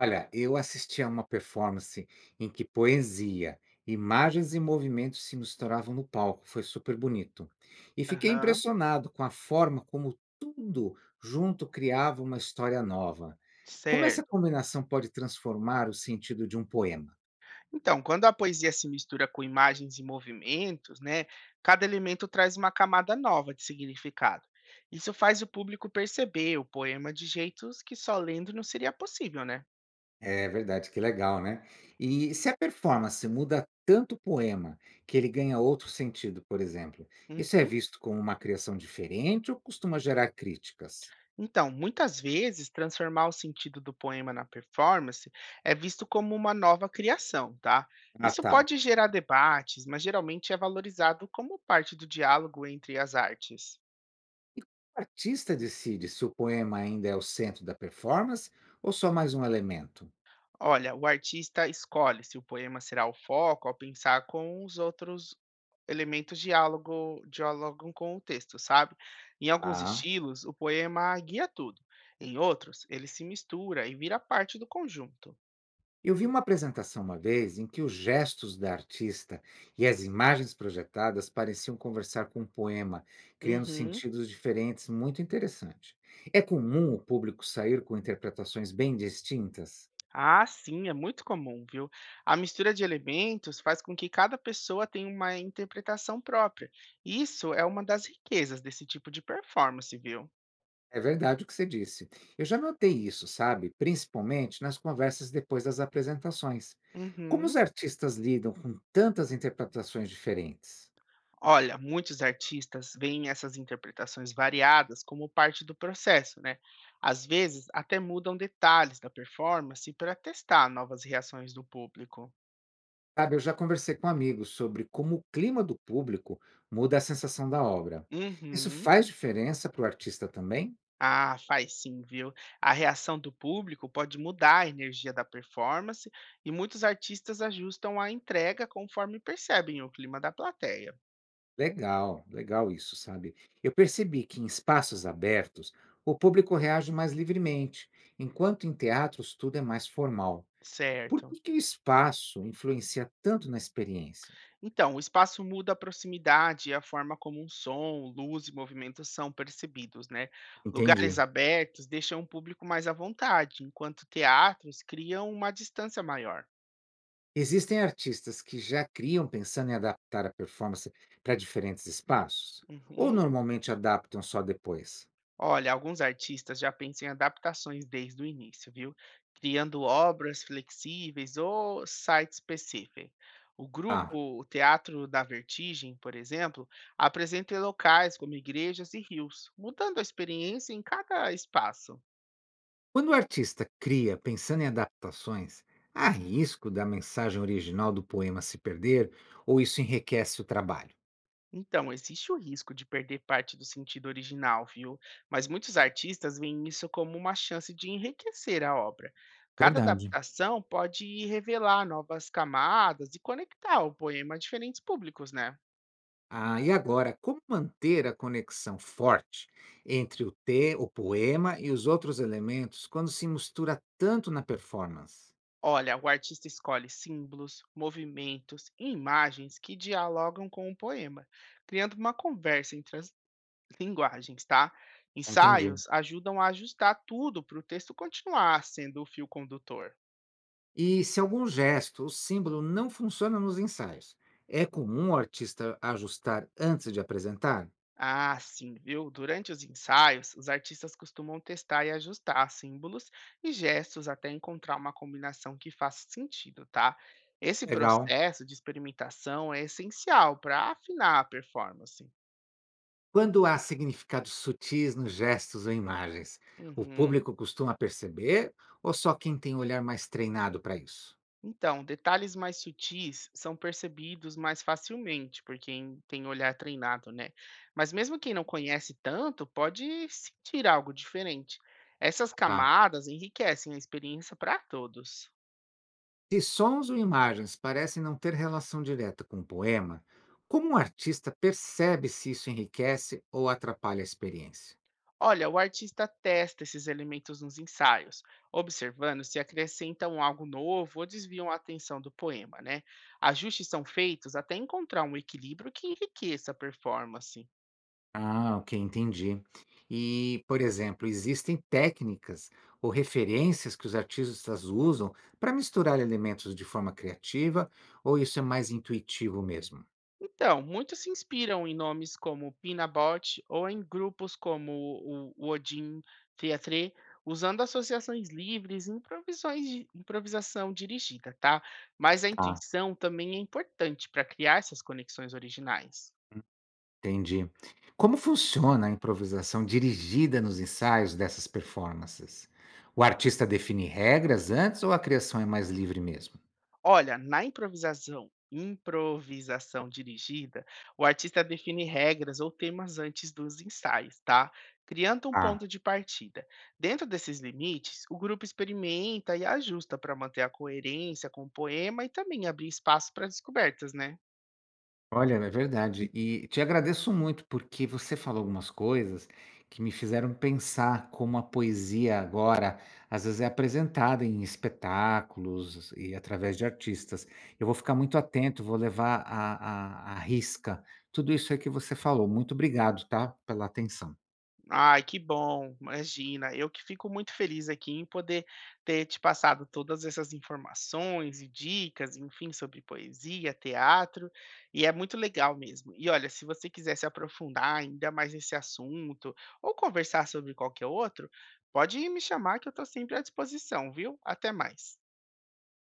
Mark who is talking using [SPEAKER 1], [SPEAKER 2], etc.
[SPEAKER 1] Olha, eu assisti a uma performance em que poesia, imagens e movimentos se misturavam no palco, foi super bonito. E fiquei
[SPEAKER 2] Aham,
[SPEAKER 1] impressionado com a forma como tudo junto criava uma história nova. Como essa
[SPEAKER 2] certo.
[SPEAKER 1] combinação pode transformar o sentido de um poema?
[SPEAKER 2] Então, quando a poesia se mistura com imagens e movimentos, né, cada elemento traz uma camada nova de significado. Isso faz o público perceber o poema de jeitos que só lendo não seria possível, né?
[SPEAKER 1] É verdade, que legal, né? E se a performance muda tanto o poema que ele ganha outro sentido, por exemplo, isso é
[SPEAKER 2] Uhum.
[SPEAKER 1] visto como uma criação diferente ou costuma gerar críticas?
[SPEAKER 2] Então, muitas vezes, transformar o sentido do poema na performance é visto como uma nova criação, tá?
[SPEAKER 1] Ah,
[SPEAKER 2] Isso
[SPEAKER 1] tá.
[SPEAKER 2] pode gerar debates, mas geralmente é valorizado como parte do diálogo entre as artes.
[SPEAKER 1] E como o artista decide se o poema ainda é o centro da performance ou só mais um elemento?
[SPEAKER 2] Olha, o artista escolhe se o poema será o foco ao pensar com os outros elementos diálogo, dialogam com o texto, sabe? Em alguns
[SPEAKER 1] Ah.
[SPEAKER 2] estilos, o poema guia tudo. Em outros, ele se mistura e vira parte do conjunto.
[SPEAKER 1] Eu vi uma apresentação uma vez em que os gestos da artista e as imagens projetadas pareciam conversar com o poema, criando
[SPEAKER 2] Uhum.
[SPEAKER 1] sentidos diferentes, muito interessante. É comum o público sair com interpretações bem distintas?
[SPEAKER 2] Ah, sim, é muito comum, viu? A mistura de elementos faz com que cada pessoa tenha uma interpretação própria. Isso é uma das riquezas desse tipo de performance, viu?
[SPEAKER 1] É verdade o que você disse. Eu já notei isso, sabe? Principalmente nas conversas depois das apresentações. Como
[SPEAKER 2] Uhum.
[SPEAKER 1] os artistas lidam com tantas interpretações diferentes?
[SPEAKER 2] Olha, muitos artistas veem essas interpretações variadas como parte do processo, né? Às vezes, até mudam detalhes da performance para testar novas reações do público.
[SPEAKER 1] Sabe, eu já conversei com amigos sobre como o clima do público muda a sensação da obra. Isso
[SPEAKER 2] Uhum.
[SPEAKER 1] faz diferença para o artista também?
[SPEAKER 2] Ah, faz sim, viu? A reação do público pode mudar a energia da performance e muitos artistas ajustam a entrega conforme percebem o clima da plateia.
[SPEAKER 1] Legal, legal isso, sabe? Eu percebi que em espaços abertos o público reage mais livremente, enquanto em teatros tudo é mais formal. Por
[SPEAKER 2] Certo.
[SPEAKER 1] que que o espaço influencia tanto na experiência?
[SPEAKER 2] Então, o espaço muda a proximidade e a forma como um som, luz e movimentos são percebidos, né? Lugares
[SPEAKER 1] Entendi.
[SPEAKER 2] abertos deixam o público mais à vontade, enquanto teatros criam uma distância maior.
[SPEAKER 1] Existem artistas que já criam pensando em adaptar a performance para diferentes espaços? Ou
[SPEAKER 2] Uhum.
[SPEAKER 1] normalmente adaptam só depois?
[SPEAKER 2] Olha, alguns artistas já pensam em adaptações desde o início, viu? Criando obras flexíveis ou sites específicos. O
[SPEAKER 1] Ah.
[SPEAKER 2] grupo o Teatro da Vertigem, por exemplo, apresenta locais como igrejas e rios, mudando a experiência em cada espaço.
[SPEAKER 1] Quando o artista cria pensando em adaptações, há risco da mensagem original do poema se perder ou isso enriquece o trabalho?
[SPEAKER 2] Então, existe o risco de perder parte do sentido original, viu? Mas muitos artistas veem isso como uma chance de enriquecer a obra. Cada
[SPEAKER 1] Verdade.
[SPEAKER 2] adaptação pode revelar novas camadas e conectar o poema a diferentes públicos, né?
[SPEAKER 1] Ah, e agora, como manter a conexão forte entre o poema e os outros elementos quando se mistura tanto na performance?
[SPEAKER 2] Olha, o artista escolhe símbolos, movimentos e imagens que dialogam com o poema, criando uma conversa entre as linguagens, tá?
[SPEAKER 1] Ah, entendi.
[SPEAKER 2] Ensaios ajudam a ajustar tudo para o texto continuar sendo o fio condutor.
[SPEAKER 1] E se algum gesto ou símbolo não funciona nos ensaios, é comum o artista ajustar antes de apresentar?
[SPEAKER 2] Ah, sim, viu? Durante os ensaios, os artistas costumam testar e ajustar símbolos e gestos até encontrar uma combinação que faça sentido, tá? Esse
[SPEAKER 1] Legal.
[SPEAKER 2] processo de experimentação é essencial para afinar a performance.
[SPEAKER 1] Quando há significados sutis nos gestos ou imagens, o
[SPEAKER 2] Uhum.
[SPEAKER 1] público costuma perceber ou só quem tem um olhar mais treinado para isso?
[SPEAKER 2] Então, detalhes mais sutis são percebidos mais facilmente por quem tem olhar treinado, né? Mas mesmo quem não conhece tanto pode sentir algo diferente. Essas
[SPEAKER 1] Tá.
[SPEAKER 2] camadas enriquecem a experiência para todos.
[SPEAKER 1] Se sons ou imagens parecem não ter relação direta com o poema, como o artista percebe se isso enriquece ou atrapalha a experiência?
[SPEAKER 2] Olha, o artista testa esses elementos nos ensaios, observando se acrescentam algo novo ou desviam a atenção do poema, né? Ajustes são feitos até encontrar um equilíbrio que enriqueça a performance.
[SPEAKER 1] Ah, ok, entendi. E, por exemplo, existem técnicas ou referências que os artistas usam para misturar elementos de forma criativa, ou isso é mais intuitivo mesmo?
[SPEAKER 2] Então, muitos se inspiram em nomes como Pinabot ou em grupos como o Odin Theatre, usando associações livres e improvisação dirigida, tá? Mas a
[SPEAKER 1] Tá.
[SPEAKER 2] intuição também é importante para criar essas conexões originais.
[SPEAKER 1] Entendi. Como funciona a improvisação dirigida nos ensaios dessas performances? O artista define regras antes ou a criação é mais livre mesmo?
[SPEAKER 2] Olha, na improvisação dirigida, o artista define regras ou temas antes dos ensaios, tá? Criando um
[SPEAKER 1] Ah,
[SPEAKER 2] ponto de partida. Dentro desses limites, o grupo experimenta e ajusta para manter a coerência com o poema e também abrir espaço para descobertas, né?
[SPEAKER 1] olha, é verdade. E te agradeço muito porque você falou algumas coisas que me fizeram pensar como a poesia agora às vezes é apresentada em espetáculos e através de artistas. Eu vou ficar muito atento, vou levar à risca tudo isso aí que você falou. Muito obrigado, tá? Pela atenção.
[SPEAKER 2] Ai, que bom, imagina. Eu que fico muito feliz aqui em poder ter te passado todas essas informações e dicas, enfim, sobre poesia, teatro, e é muito legal mesmo. E olha, se você quiser se aprofundar ainda mais nesse assunto ou conversar sobre qualquer outro, pode me chamar que eu estou sempre à disposição, viu? Até mais.